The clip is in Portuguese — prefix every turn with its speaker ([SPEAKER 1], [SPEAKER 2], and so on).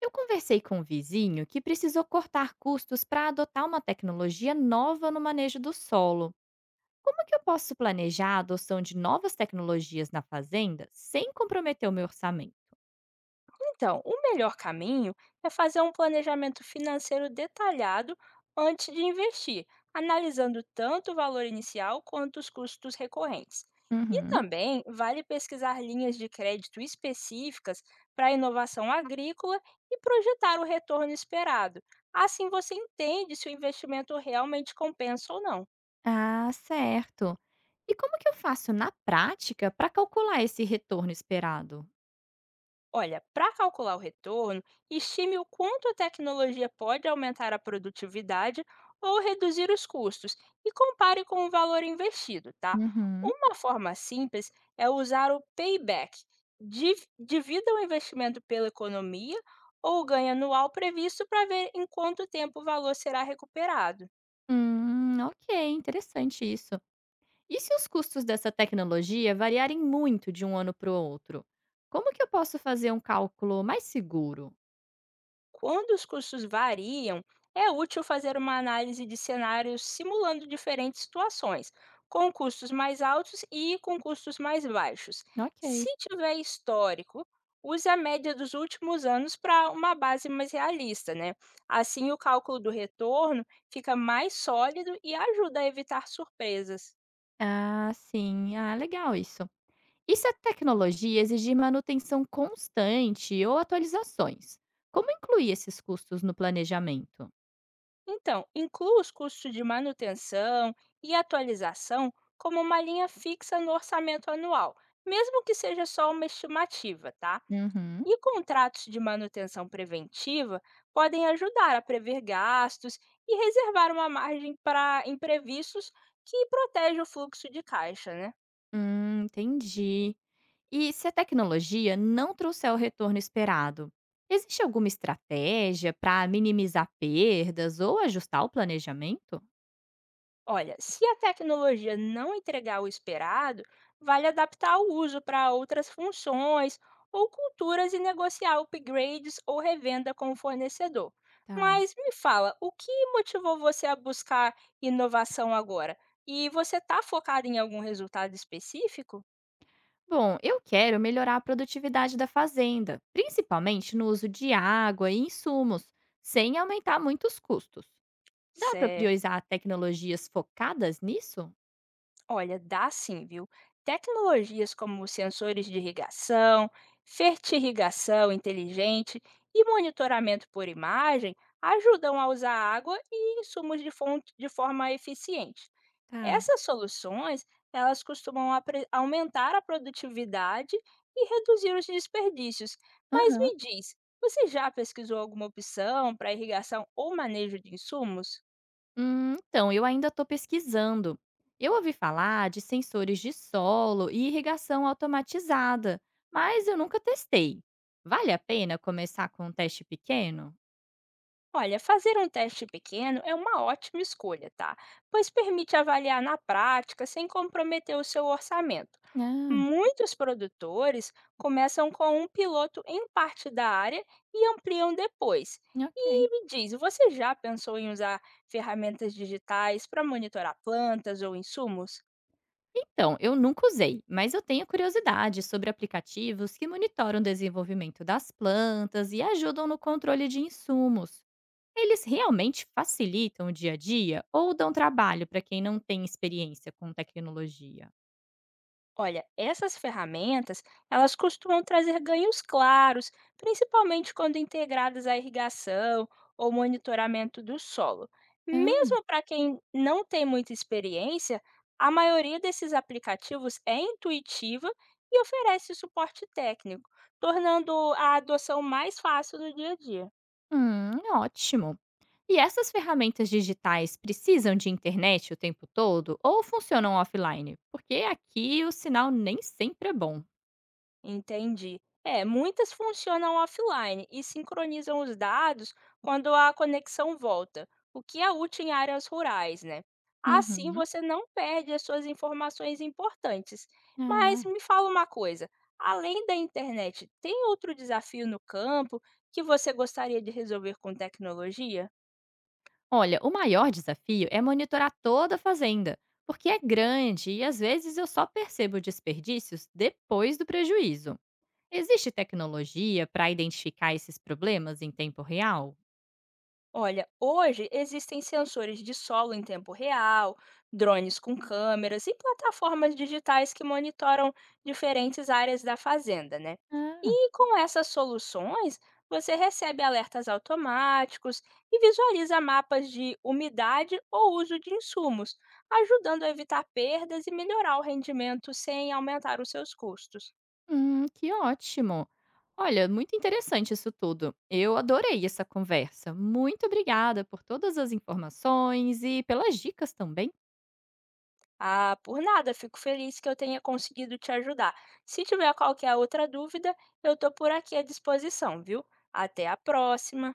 [SPEAKER 1] Eu conversei com um vizinho que precisou cortar custos para adotar uma tecnologia nova no manejo do solo. Como que eu posso planejar a adoção de novas tecnologias na fazenda sem comprometer o meu orçamento?
[SPEAKER 2] Então, o melhor caminho é fazer um planejamento financeiro detalhado antes de investir, analisando tanto o valor inicial quanto os custos recorrentes. E
[SPEAKER 1] Uhum.
[SPEAKER 2] também vale pesquisar linhas de crédito específicas para inovação agrícola e projetar o retorno esperado. Assim você entende se o investimento realmente compensa ou não.
[SPEAKER 1] Ah, certo. E como que eu faço na prática para calcular esse retorno esperado?
[SPEAKER 2] Olha, para calcular o retorno, estime o quanto a tecnologia pode aumentar a produtividade ou reduzir os custos e compare com o valor investido, tá?
[SPEAKER 1] Uhum.
[SPEAKER 2] Uma forma simples é usar o payback. Divida o investimento pela economia ou ganho anual previsto para ver em quanto tempo o valor será recuperado.
[SPEAKER 1] Ok, interessante isso. E se os custos dessa tecnologia variarem muito de um ano para o outro? Como que eu posso fazer um cálculo mais seguro?
[SPEAKER 2] Quando os custos variam, é útil fazer uma análise de cenários simulando diferentes situações, com custos mais altos e com custos mais baixos. Se
[SPEAKER 1] Ok.
[SPEAKER 2] tiver histórico, use a média dos últimos anos para uma base mais realista, né? Assim, o cálculo do retorno fica mais sólido e ajuda a evitar surpresas.
[SPEAKER 1] Ah, sim. Ah, legal isso. E se a tecnologia exigir manutenção constante ou atualizações? Como incluir esses custos no planejamento?
[SPEAKER 2] Então, inclua os custos de manutenção e atualização como uma linha fixa no orçamento anual, mesmo que seja só uma estimativa, tá?
[SPEAKER 1] Uhum.
[SPEAKER 2] E contratos de manutenção preventiva podem ajudar a prever gastos e reservar uma margem para imprevistos que protege o fluxo de caixa, né?
[SPEAKER 1] Entendi. E se a tecnologia não trouxer o retorno esperado, existe alguma estratégia para minimizar perdas ou ajustar o planejamento?
[SPEAKER 2] Olha, se a tecnologia não entregar o esperado, vale adaptar o uso para outras funções ou culturas e negociar upgrades ou revenda com o fornecedor.
[SPEAKER 1] Tá.
[SPEAKER 2] Mas me fala, o que motivou você a buscar inovação agora? E você está focado em algum resultado específico?
[SPEAKER 1] Bom, eu quero melhorar a produtividade da fazenda, principalmente no uso de água e insumos, sem aumentar muito os custos. Dá para
[SPEAKER 2] Certo.
[SPEAKER 1] priorizar tecnologias focadas nisso?
[SPEAKER 2] Olha, dá sim, viu? Tecnologias como sensores de irrigação, fertirrigação inteligente e monitoramento por imagem ajudam a usar água e insumos de fonte de forma eficiente.
[SPEAKER 1] Tá.
[SPEAKER 2] Essas soluções, elas costumam aumentar a produtividade e reduzir os desperdícios. Mas
[SPEAKER 1] Aham.
[SPEAKER 2] me diz, você já pesquisou alguma opção para irrigação ou manejo de insumos?
[SPEAKER 1] Então, eu ainda estou pesquisando. Eu ouvi falar de sensores de solo e irrigação automatizada, mas eu nunca testei. Vale a pena começar com um teste pequeno?
[SPEAKER 2] Olha, fazer um teste pequeno é uma ótima escolha, tá? Pois permite avaliar na prática sem comprometer o seu orçamento.
[SPEAKER 1] Ah,
[SPEAKER 2] Muitos produtores começam com um piloto em parte da área e ampliam depois. E
[SPEAKER 1] ok.
[SPEAKER 2] me diz, você já pensou em usar ferramentas digitais para monitorar plantas ou insumos?
[SPEAKER 1] Então, eu nunca usei, mas eu tenho curiosidade sobre aplicativos que monitoram o desenvolvimento das plantas e ajudam no controle de insumos. Eles realmente facilitam o dia a dia ou dão trabalho para quem não tem experiência com tecnologia?
[SPEAKER 2] Olha, essas ferramentas, elas costumam trazer ganhos claros, principalmente quando integradas à irrigação ou monitoramento do solo.
[SPEAKER 1] Ah,
[SPEAKER 2] Mesmo para quem não tem muita experiência, a maioria desses aplicativos é intuitiva e oferece suporte técnico, tornando a adoção mais fácil no dia a dia.
[SPEAKER 1] ótimo. E essas ferramentas digitais precisam de internet o tempo todo ou funcionam offline? Porque aqui o sinal nem sempre é bom.
[SPEAKER 2] Entendi. É, muitas funcionam offline e sincronizam os dados quando a conexão volta, o que é útil em áreas rurais, né? Assim
[SPEAKER 1] Uhum.
[SPEAKER 2] você não perde as suas informações importantes. Mas
[SPEAKER 1] Ah,
[SPEAKER 2] me fala uma coisa, além da internet, tem outro desafio no campo que você gostaria de resolver com tecnologia?
[SPEAKER 1] olha, o maior desafio é monitorar toda a fazenda, porque é grande e às vezes eu só percebo desperdícios depois do prejuízo. Existe tecnologia para identificar esses problemas em tempo real?
[SPEAKER 2] Olha, hoje existem sensores de solo em tempo real, drones com câmeras e plataformas digitais que monitoram diferentes áreas da fazenda, né?
[SPEAKER 1] Ah,
[SPEAKER 2] E com essas soluções, você recebe alertas automáticos e visualiza mapas de umidade ou uso de insumos, ajudando a evitar perdas e melhorar o rendimento sem aumentar os seus custos.
[SPEAKER 1] que ótimo! Olha, muito interessante isso tudo. Eu adorei essa conversa. Muito obrigada por todas as informações e pelas dicas também.
[SPEAKER 2] Ah, por nada, fico feliz que eu tenha conseguido te ajudar. Se tiver qualquer outra dúvida, eu estou por aqui à disposição, viu? Até a próxima!